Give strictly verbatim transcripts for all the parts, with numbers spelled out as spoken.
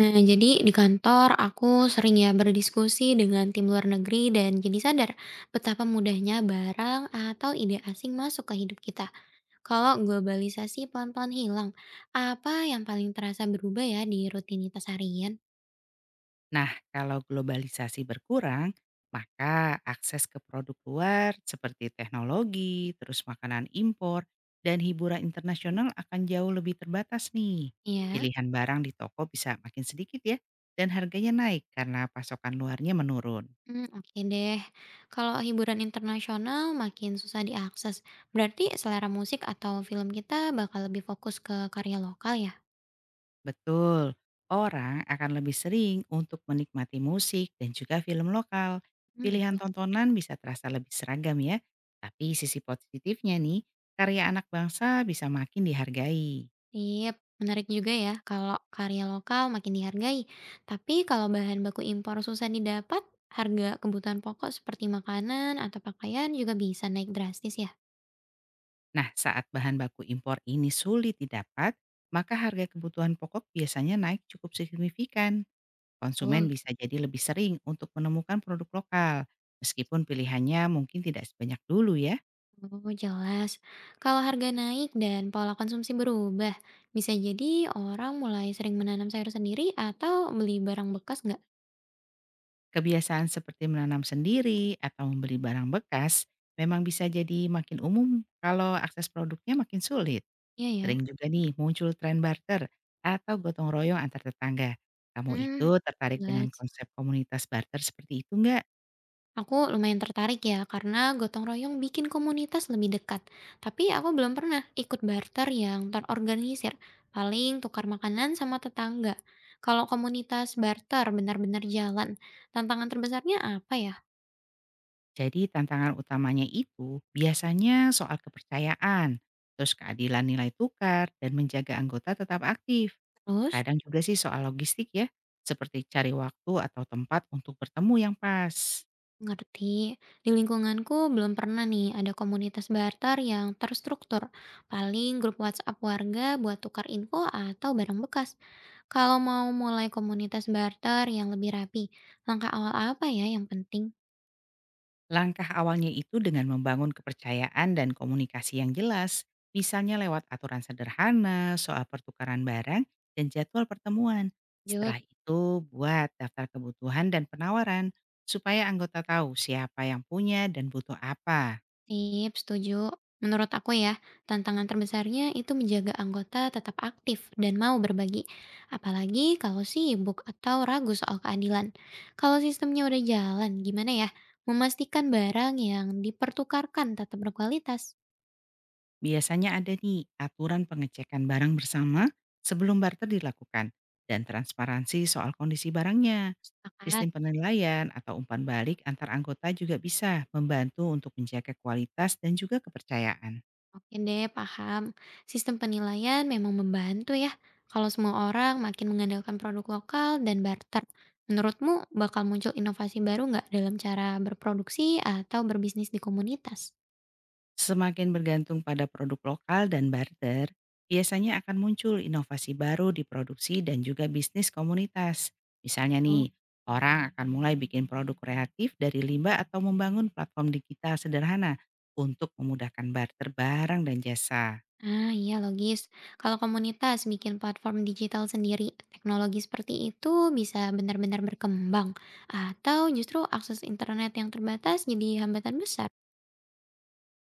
Nah, jadi di kantor aku sering ya berdiskusi dengan tim luar negeri dan jadi sadar betapa mudahnya barang atau ide asing masuk ke hidup kita. Kalau globalisasi pelan-pelan hilang, apa yang paling terasa berubah ya di rutinitas harian? Nah, kalau globalisasi berkurang, maka akses ke produk luar seperti teknologi, terus makanan impor, dan hiburan internasional akan jauh lebih terbatas nih. Ya, Pilihan barang di toko bisa makin sedikit ya, dan harganya naik karena pasokan luarnya menurun. hmm, oke deh. Kalau hiburan internasional makin susah diakses, berarti selera musik atau film kita bakal lebih fokus ke karya lokal ya? Betul, orang akan lebih sering untuk menikmati musik dan juga film lokal. Hmm, gitu. Pilihan tontonan bisa terasa lebih seragam ya, tapi sisi positifnya nih, karya anak bangsa bisa makin dihargai. Sip, menarik juga ya kalau karya lokal makin dihargai. Tapi kalau bahan baku impor susah didapat, harga kebutuhan pokok seperti makanan atau pakaian juga bisa naik drastis ya. Nah, saat bahan baku impor ini sulit didapat, maka harga kebutuhan pokok biasanya naik cukup signifikan. Konsumen Betul. bisa jadi lebih sering untuk menemukan produk lokal, meskipun pilihannya mungkin tidak sebanyak dulu ya. Oh, jelas. Kalau harga naik dan pola konsumsi berubah, bisa jadi orang mulai sering menanam sayur sendiri atau beli barang bekas nggak? Kebiasaan seperti menanam sendiri atau membeli barang bekas memang bisa jadi makin umum kalau akses produknya makin sulit. Iya ya. Sering juga nih muncul tren barter atau gotong royong antar tetangga. Kamu itu Hmm, tertarik dengan jelas. konsep komunitas barter seperti itu nggak? Aku lumayan tertarik ya, karena gotong royong bikin komunitas lebih dekat. Tapi aku belum pernah ikut barter yang terorganisir, paling tukar makanan sama tetangga. Kalau komunitas barter benar-benar jalan, tantangan terbesarnya apa ya? Jadi tantangan utamanya itu biasanya soal kepercayaan, terus keadilan nilai tukar, dan menjaga anggota tetap aktif. Terus? Kadang juga sih soal logistik ya, seperti cari waktu atau tempat untuk bertemu yang pas. Ngerti. Di lingkunganku belum pernah nih ada komunitas barter yang terstruktur. Paling grup WhatsApp warga buat tukar info atau barang bekas. Kalau mau mulai komunitas barter yang lebih rapi, langkah awal apa ya yang penting? Langkah awalnya itu dengan membangun kepercayaan dan komunikasi yang jelas, misalnya lewat aturan sederhana, soal pertukaran barang, dan jadwal pertemuan. Jod. Setelah itu, buat daftar kebutuhan dan penawaran, supaya anggota tahu siapa yang punya dan butuh apa. Sip, setuju. Menurut aku ya, tantangan terbesarnya itu menjaga anggota tetap aktif dan mau berbagi. Apalagi kalau sibuk atau ragu soal keadilan. Kalau sistemnya udah jalan, gimana ya? Memastikan barang yang dipertukarkan tetap berkualitas. Biasanya ada nih aturan pengecekan barang bersama sebelum barter dilakukan, dan transparansi soal kondisi barangnya. Sepakat. Sistem penilaian atau umpan balik antar anggota juga bisa membantu untuk menjaga kualitas dan juga kepercayaan. Oke deh, paham. Sistem penilaian memang membantu ya. Kalau semua orang makin mengandalkan produk lokal dan barter, menurutmu bakal muncul inovasi baru nggak dalam cara berproduksi atau berbisnis di komunitas? Semakin bergantung pada produk lokal dan barter, biasanya akan muncul inovasi baru di produksi dan juga bisnis komunitas. Misalnya So, nih, orang akan mulai bikin produk kreatif dari limbah atau membangun platform digital sederhana untuk memudahkan barter barang dan jasa. Ah iya logis. Kalau komunitas bikin platform digital sendiri, teknologi seperti itu bisa benar-benar berkembang. Atau justru akses internet yang terbatas jadi hambatan besar.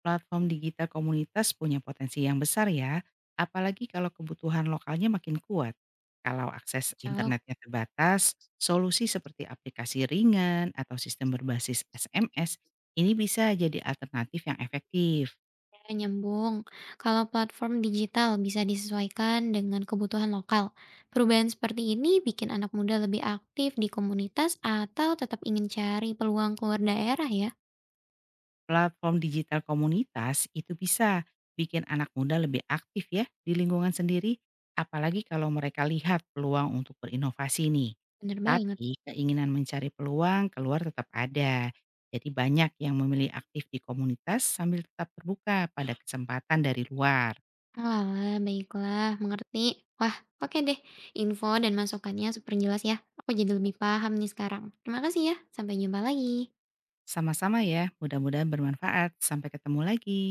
Platform digital komunitas punya potensi yang besar ya, apalagi kalau kebutuhan lokalnya makin kuat. Kalau akses Cocok. internetnya terbatas, solusi seperti aplikasi ringan atau sistem berbasis S M S ini bisa jadi alternatif yang efektif. Ya, nyambung. Kalau platform digital bisa disesuaikan dengan kebutuhan lokal, perubahan seperti ini bikin anak muda lebih aktif di komunitas atau tetap ingin cari peluang keluar daerah ya. Platform digital komunitas itu bisa bikin anak muda lebih aktif ya di lingkungan sendiri, apalagi kalau mereka lihat peluang untuk berinovasi nih. Bener banget. Tapi keinginan mencari peluang keluar tetap ada. Jadi banyak yang memilih aktif di komunitas sambil tetap terbuka pada kesempatan dari luar. Alah, baiklah, mengerti. Wah, oke deh. Info dan masukannya super jelas ya. Aku jadi lebih paham nih sekarang. Terima kasih ya. Sampai jumpa lagi. Sama-sama ya, mudah-mudahan bermanfaat. Sampai ketemu lagi.